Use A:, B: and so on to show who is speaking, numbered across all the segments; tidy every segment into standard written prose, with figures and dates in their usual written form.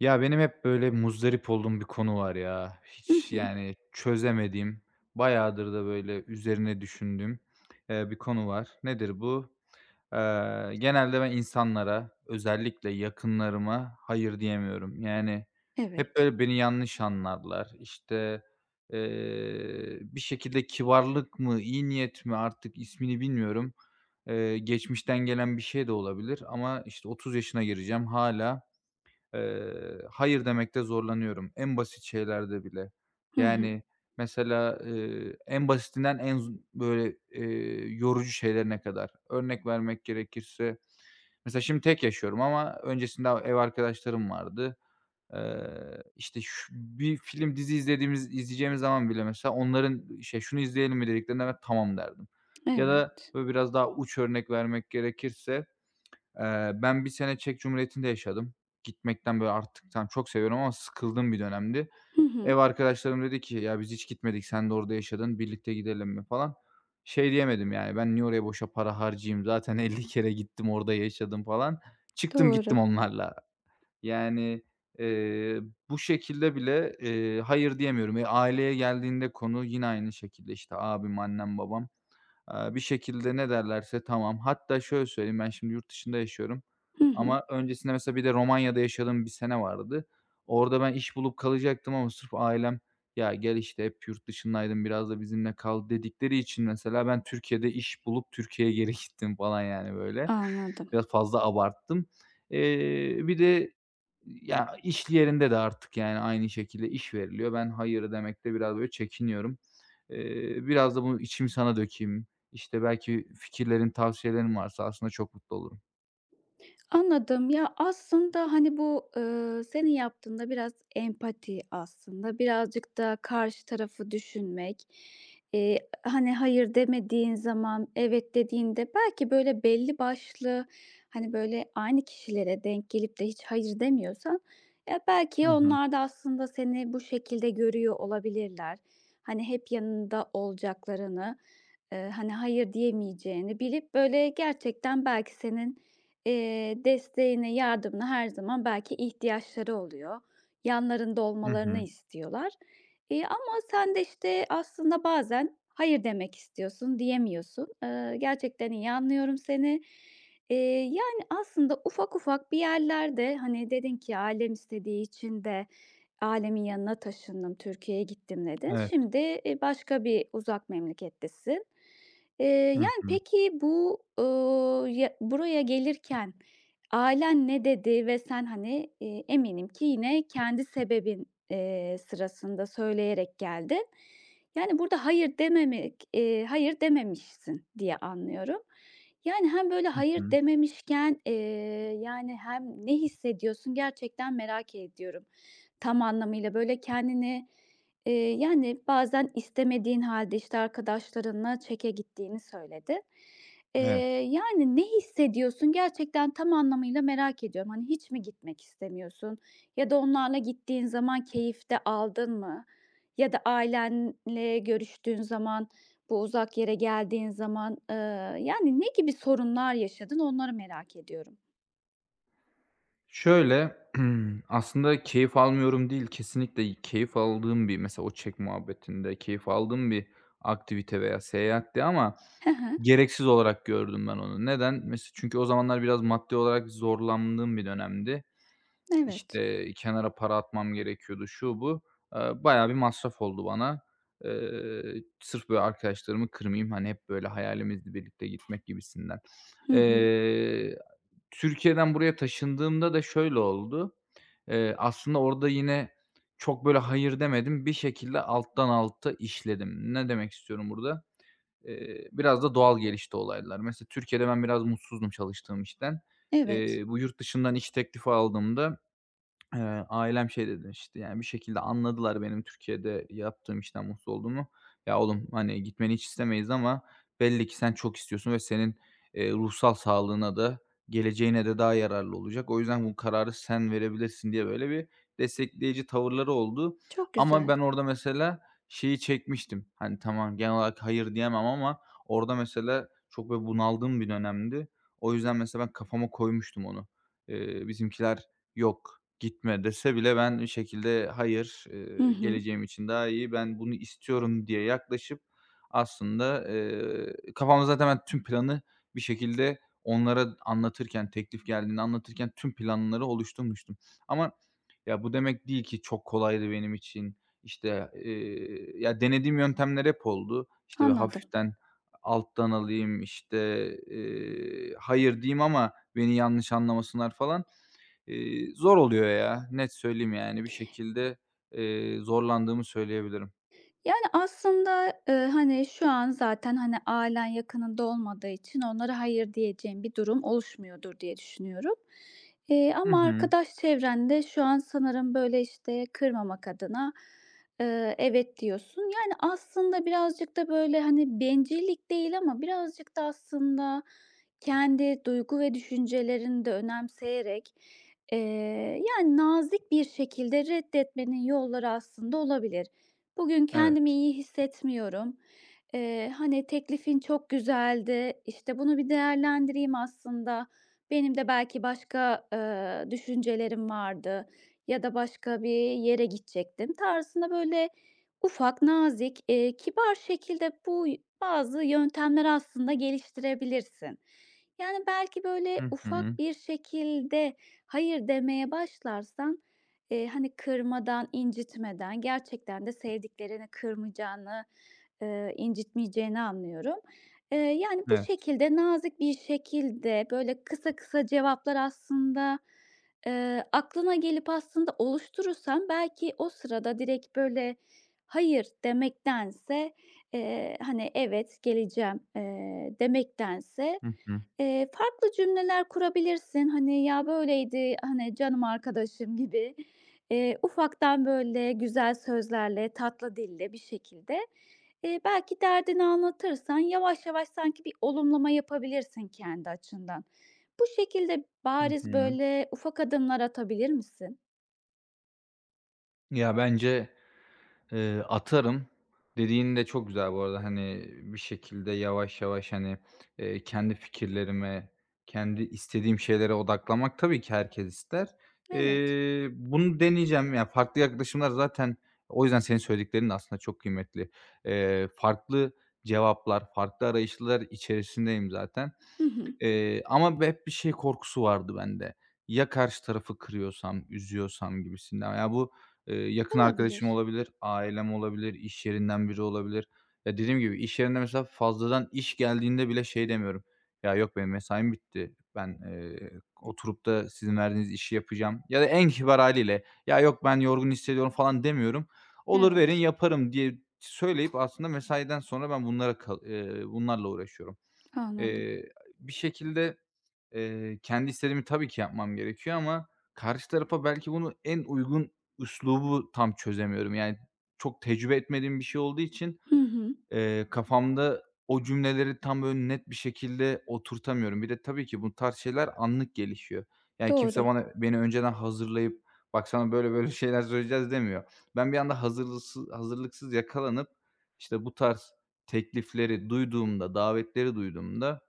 A: Ya, benim hep böyle muzdarip olduğum bir konu var ya.
B: Hı
A: Hiç,
B: hı.
A: yani, çözemediğim, bayağıdır da böyle üzerine düşündüğüm, bir konu var. Nedir bu? Genelde ben insanlara, özellikle yakınlarıma hayır diyemiyorum. Yani, hep
B: Evet.
A: böyle beni yanlış anlarlar. İşte, bir şekilde kibarlık mı, iyi niyet mi artık ismini bilmiyorum. Geçmişten gelen bir şey de olabilir ama, işte, 30 yaşına gireceğim hala. Hayır demekte zorlanıyorum en basit şeylerde bile.
B: Hı hı.
A: Yani, mesela, en basitinden en z böyle, yorucu şeylerine kadar. Örnek vermek gerekirse, mesela şimdi tek yaşıyorum ama öncesinde ev arkadaşlarım vardı. İşte, şu bir film, dizi izlediğimiz izleyeceğimiz zaman bile mesela onların şey, "Şunu izleyelim mi?" dediklerinde ben "Tamam." derdim. Ya da
B: Evet.
A: böyle biraz daha uç örnek vermek gerekirse ben bir sene Çek Cumhuriyeti'nde yaşadım. Gitmekten, böyle, artık tam çok seviyorum ama sıkıldığım bir dönemdi.
B: Hı hı.
A: Ev arkadaşlarım dedi ki, "Ya, biz hiç gitmedik, sen de orada yaşadın, birlikte gidelim mi?" falan. Şey diyemedim, yani, "Ben niye oraya boşa para harcayayım, zaten 50 kere gittim, orada yaşadım." falan. Çıktım
B: Doğru.
A: gittim onlarla. Yani, eee, bu şekilde bile, hayır diyemiyorum. E, aileye geldiğinde konu yine aynı şekilde, işte, abim, annem, babam. Bir şekilde ne derlerse tamam. Hatta şöyle söyleyeyim, ben şimdi yurt dışında yaşıyorum
B: Hı hı.
A: ama öncesinde mesela bir de Romanya'da yaşadığım bir sene vardı. Orada ben iş bulup kalacaktım ama sırf ailem, "Ya, gel, işte, hep yurt dışındaydın, biraz da bizimle kal." dedikleri için mesela ben Türkiye'de iş bulup Türkiye'ye geri gittim falan, yani, böyle.
B: Anladım.
A: Biraz fazla abarttım. Bir de ya, iş yerinde de artık, yani, aynı şekilde iş veriliyor. Ben hayır demekte biraz böyle çekiniyorum. Biraz da bunu içimi sana dökeyim. İşte, belki fikirlerin, tavsiyelerin varsa aslında çok mutlu olurum.
B: Anladım. Ya, aslında, hani, bu, senin yaptığın biraz empati aslında. Birazcık da karşı tarafı düşünmek. Hani, hayır demediğin zaman, evet dediğinde belki, böyle, belli başlı, hani, böyle, aynı kişilere denk gelip de hiç hayır demiyorsan, ya, belki
A: Hı hı.
B: onlar da aslında seni bu şekilde görüyor olabilirler. Hani, hep yanında olacaklarını, hani, hayır diyemeyeceğini bilip, böyle, gerçekten belki senin desteğine, yardımına her zaman belki ihtiyaçları oluyor. Yanlarında
A: Hı
B: olmalarını
A: hı.
B: istiyorlar. Ama sen de, işte, aslında bazen hayır demek istiyorsun, diyemiyorsun. Gerçekten iyi anlıyorum seni. Eee, yani, aslında ufak ufak bir yerlerde, hani, dedin ki ailem istediği için de ailemin yanına taşındım, Türkiye'ye gittim dedin.
A: Evet.
B: Şimdi, başka bir uzak memlekettesin. Eee,
A: Hı
B: yani,
A: hı.
B: peki bu, ya buraya gelirken ailen ne dedi ve sen, hani, eminim ki yine kendi sebebin, sırasında söyleyerek geldin. Yani, burada hayır dememek, hayır dememişsin diye anlıyorum. Yani, hem böyle
A: Hı
B: hayır
A: hı.
B: dememişken, yani, hem ne hissediyorsun gerçekten merak ediyorum. Tam anlamıyla, böyle, kendini, yani, bazen istemediğin halde işte, arkadaşlarınla çeke gittiğini söyledi. Eee,
A: Evet.
B: yani, ne hissediyorsun gerçekten tam anlamıyla merak ediyorum. Hani, hiç mi gitmek istemiyorsun ya da onlarla gittiğin zaman keyif de aldın mı? Ya da ailenle görüştüğün zaman, bu uzak yere geldiğin zaman, yani, ne gibi sorunlar yaşadın onları merak ediyorum.
A: Şöyle, aslında keyif almıyorum değil, kesinlikle keyif aldığım bir mesela o Çek muhabbetinde keyif aldığım bir aktivite veya seyahatti ama
B: Hı hı.
A: gereksiz olarak gördüm ben onu. Neden? Mes çünkü o zamanlar biraz maddi olarak zorlandığım bir dönemdi.
B: Evet.
A: İşte, kenara para atmam gerekiyordu, şu, bu. Bayağı bir masraf oldu bana. Sırf böyle arkadaşlarımı kırmayayım, hani, hep böyle hayalimizdi birlikte gitmek gibisinden.
B: Hı hı.
A: Eee, Türkiye'den buraya taşındığımda da şöyle oldu. Aslında orada yine çok böyle hayır demedim. Bir şekilde alttan alta işledim. Ne demek istiyorum burada? Biraz da doğal gelişti olaylar. Mesela Türkiye'de ben biraz mutsuzdum çalıştığım işten.
B: Evet.
A: Bu yurt dışından iş teklifi aldığımda Eee, ailem şey dedi, işte, yani, bir şekilde anladılar benim Türkiye'de yaptığım işten mutsuz olduğumu. "Ya, oğlum, hani, gitmeni hiç istemeyiz ama belli ki sen çok istiyorsun ve senin, ruhsal sağlığına da geleceğine de daha yararlı olacak. O yüzden bu kararı sen verebilirsin." diye böyle bir destekleyici tavırları oldu.
B: Çok
A: Ama
B: güzel.
A: ben orada mesela şeyi çekmiştim. Hani, tamam, genel olarak hayır diyemem ama orada mesela çok böyle bunaldığım bir dönemdi. O yüzden mesela ben kafama koymuştum onu. Bizimkiler "Yok, gitme." dese bile ben bir şekilde "Hayır,
B: Hı hı,
A: geleceğim için daha iyi, ben bunu istiyorum." diye yaklaşıp aslında, kafamda zaten ben tüm planı bir şekilde onlara anlatırken, teklif geldiğinde anlatırken tüm planları oluşturmuştum. Ama ya, bu demek değil ki çok kolaydı benim için. İşte, ya, denediğim yöntemler hep oldu. İşte, böyle
B: anladım.
A: hafiften alttan alayım, işte, hayır diyeyim ama beni yanlış anlamasınlar falan. Zor oluyor ya, net söyleyeyim yani. Bir şekilde, zorlandığımı söyleyebilirim.
B: Yani, aslında, hani, şu an zaten, hani, ailen yakınında olmadığı için onlara hayır diyeceğim bir durum oluşmuyordur diye düşünüyorum.
A: Hı
B: Ama
A: hı.
B: arkadaş çevrende şu an sanırım, böyle, işte, kırmamak adına, evet diyorsun. Yani, aslında birazcık da, böyle, hani, bencillik değil ama birazcık da aslında kendi duygu ve düşüncelerini de önemseyerek, eee, yani, nazik bir şekilde reddetmenin yolları aslında olabilir. Bugün kendimi
A: Evet.
B: iyi hissetmiyorum. Hani, teklifin çok güzeldi, İşte bunu bir değerlendireyim aslında. Benim de belki başka, düşüncelerim vardı ya da başka bir yere gidecektim tarzında, böyle, ufak, nazik, kibar şekilde bu bazı yöntemleri aslında geliştirebilirsin. Yani, belki, böyle,
A: Hı
B: ufak
A: hı.
B: bir şekilde hayır demeye başlarsan hani, kırmadan, incitmeden, gerçekten de sevdiklerini kırmayacağını, incitmeyeceğini anlıyorum. Yani, bu
A: Evet.
B: şekilde, nazik bir şekilde, böyle, kısa kısa cevaplar aslında, aklına gelip aslında oluşturursam belki o sırada direkt, böyle, hayır demektense, hani, evet geleceğim, demektense,
A: Hı hı.
B: farklı cümleler kurabilirsin. Hani, ya, böyleydi, hani, canım arkadaşım gibi, ufaktan, böyle, güzel sözlerle, tatlı dille bir şekilde, belki derdini anlatırsan yavaş yavaş sanki bir olumlama yapabilirsin kendi açından. Bu şekilde
A: Hı
B: bariz,
A: hı.
B: böyle, ufak adımlar atabilir misin?
A: Ya, bence atarım. Dediğin de çok güzel bu arada, hani, bir şekilde yavaş yavaş, hani, kendi fikirlerime, kendi istediğim şeylere odaklamak tabii ki herkes ister.
B: Evet.
A: Bunu deneyeceğim. Ya, farklı yaklaşımlar zaten o yüzden senin söylediklerin de aslında çok kıymetli. Farklı cevaplar, farklı arayışlar içerisindeyim zaten.
B: Hı hı.
A: Ama hep bir şey korkusu vardı bende. Ya karşı tarafı kırıyorsam, üzüyorsam gibisinden. Ya, bu, yakın arkadaşım
B: Olabilir.
A: olabilir, ailem olabilir, iş yerinden biri olabilir. Ya, dediğim gibi iş yerinde mesela fazladan iş geldiğinde bile şey demiyorum, "Ya, yok benim mesaim bitti. Ben, oturup da sizin verdiğiniz işi yapacağım." ya da en kibar haliyle, "Ya, yok ben yorgun hissediyorum." falan demiyorum. "Olur verin,
B: Evet,
A: yaparım." diye söyleyip aslında mesaiden sonra ben bunlara kal bunlarla uğraşıyorum.
B: anladım.
A: Eee, Bir şekilde, kendi istediğimi tabii ki yapmam gerekiyor ama karşı tarafa belki bunu en uygun üslubu tam çözemiyorum. Yani çok tecrübe etmediğim bir şey olduğu için,
B: Hı hı.
A: kafamda o cümleleri tam böyle net bir şekilde oturtamıyorum. Bir de tabii ki bu tarz şeyler anlık gelişiyor. Yani kimse
B: Doğru.
A: bana beni önceden hazırlayıp, "Bak, sana böyle böyle şeyler söyleyeceğiz." demiyor. Ben bir anda hazırlıksız yakalanıp, işte, bu tarz teklifleri duyduğumda, davetleri duyduğumda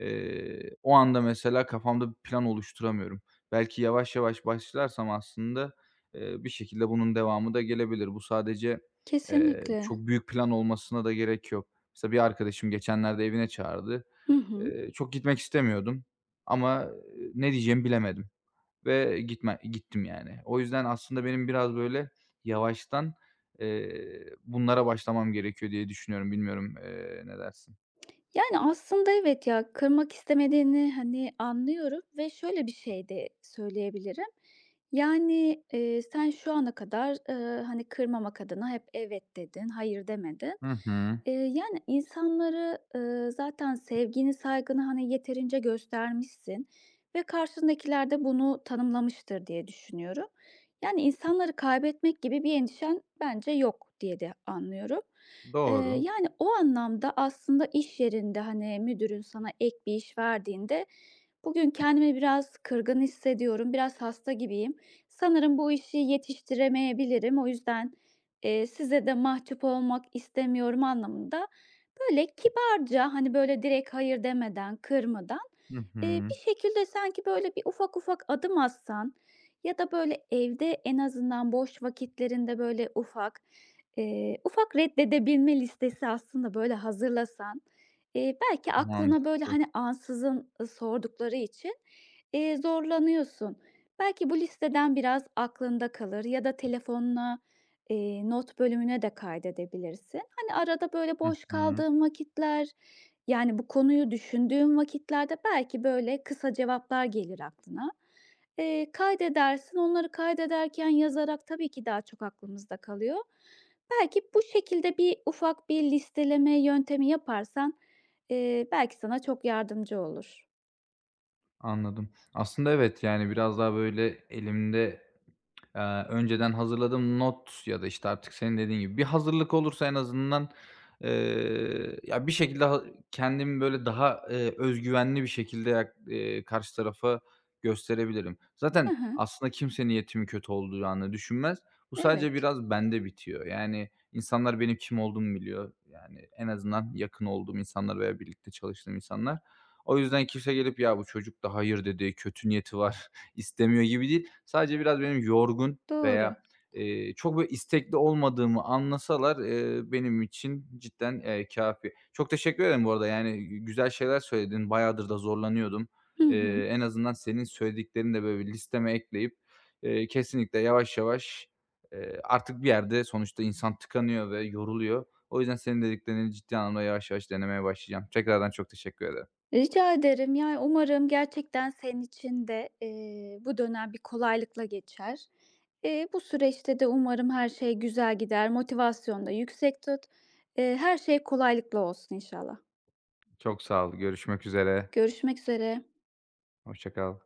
A: O anda mesela kafamda bir plan oluşturamıyorum. Belki yavaş yavaş başlarsam aslında, bir şekilde bunun devamı da gelebilir. Bu sadece,
B: Kesinlikle.
A: çok büyük plan olmasına da gerek yok. Mesela bir arkadaşım geçenlerde evine çağırdı.
B: Hı hı.
A: Çok gitmek istemiyordum ama, ne diyeceğimi bilemedim ve gitme gittim yani. O yüzden aslında benim biraz böyle yavaştan, bunlara başlamam gerekiyor diye düşünüyorum. Bilmiyorum, ne dersin?
B: Yani, aslında evet ya, kırmak istemediğini, hani, anlıyorum ve şöyle bir şey de söyleyebilirim. Yani, sen şu ana kadar, hani, kırmamak adına hep "evet" dedin, "hayır" demedin.
A: Hı hı.
B: Yani, insanları, zaten sevgini, saygını, hani, yeterince göstermişsin ve karşındakiler de bunu tanımlamıştır diye düşünüyorum. Yani, insanları kaybetmek gibi bir endişen bence yok diye de anlıyorum. Eee,
A: Doğru.
B: yani, o anlamda aslında iş yerinde, hani, müdürün sana ek bir iş verdiğinde, "Bugün kendimi biraz kırgın hissediyorum, biraz hasta gibiyim. Sanırım bu işi yetiştiremeyebilirim. O yüzden, size de mahcup olmak istemiyorum." anlamında böyle kibarca, hani, böyle, direkt hayır demeden, kırmadan,
A: Hı
B: bir
A: hı.
B: şekilde sanki, böyle, bir ufak ufak adım atsan ya da, böyle, evde en azından boş vakitlerinde, böyle, ufak, ufak reddedebilme listesi aslında, böyle, hazırlasan, belki aklına, böyle,
A: Mantıklı.
B: hani, ansızın, sordukları için, zorlanıyorsun. Belki bu listeden biraz aklında kalır ya da telefonuna, not bölümüne de kaydedebilirsin. Arada böyle
A: Hı
B: boş
A: hı.
B: kaldığım vakitler, yani bu konuyu düşündüğüm vakitlerde belki böyle kısa cevaplar gelir aklına. Kaydedersin, onları kaydederken yazarak tabii ki daha çok aklımızda kalıyor. Belki bu şekilde bir ufak bir listeleme yöntemi yaparsan, belki sana çok yardımcı olur.
A: Anladım. Aslında evet, yani, biraz daha, böyle, elimde önceden hazırladığım not ya da, işte, artık senin dediğin gibi bir hazırlık olursa en azından, ya, bir şekilde ha kendimi, böyle, daha, öz güvenli bir şekilde yak karşı tarafa gösterebilirim. Zaten
B: Hı hı,
A: aslında kimse niyetimin kötü olacağını düşünmez. Bu sadece
B: evet,
A: biraz bende bitiyor. Yani, insanlar benim kim olduğumu biliyor. Yani, en azından yakın olduğum insanlar veya birlikte çalıştığım insanlar. O yüzden kimse gelip, "Ya, bu çocuk da hayır dedi, kötü niyeti var." istemiyor gibi değil. Sadece biraz benim yorgun veya,
B: doğru.
A: çok böyle istekli olmadığımı anlasalar, benim için cidden, kâfi. Çok teşekkür ederim bu arada, yani, güzel şeyler söyledin. Bayağıdır da zorlanıyordum.
B: Hı hı.
A: En azından senin söylediklerini de böyle bir listeme ekleyip, kesinlikle yavaş yavaş, artık bir yerde sonuçta insan tıkanıyor ve yoruluyor. O yüzden senin dediklerini ciddi anlamda yavaş yavaş denemeye başlayacağım. Tekrardan çok teşekkür ederim.
B: Rica ederim. Yani, umarım gerçekten senin için de, bu dönem bir kolaylıkla geçer. Bu süreçte de umarım her şey güzel gider. Motivasyonunu da yüksek tut. Her şey kolaylıkla olsun inşallah.
A: Çok sağ ol. Görüşmek üzere.
B: Görüşmek üzere.
A: Hoşça kal.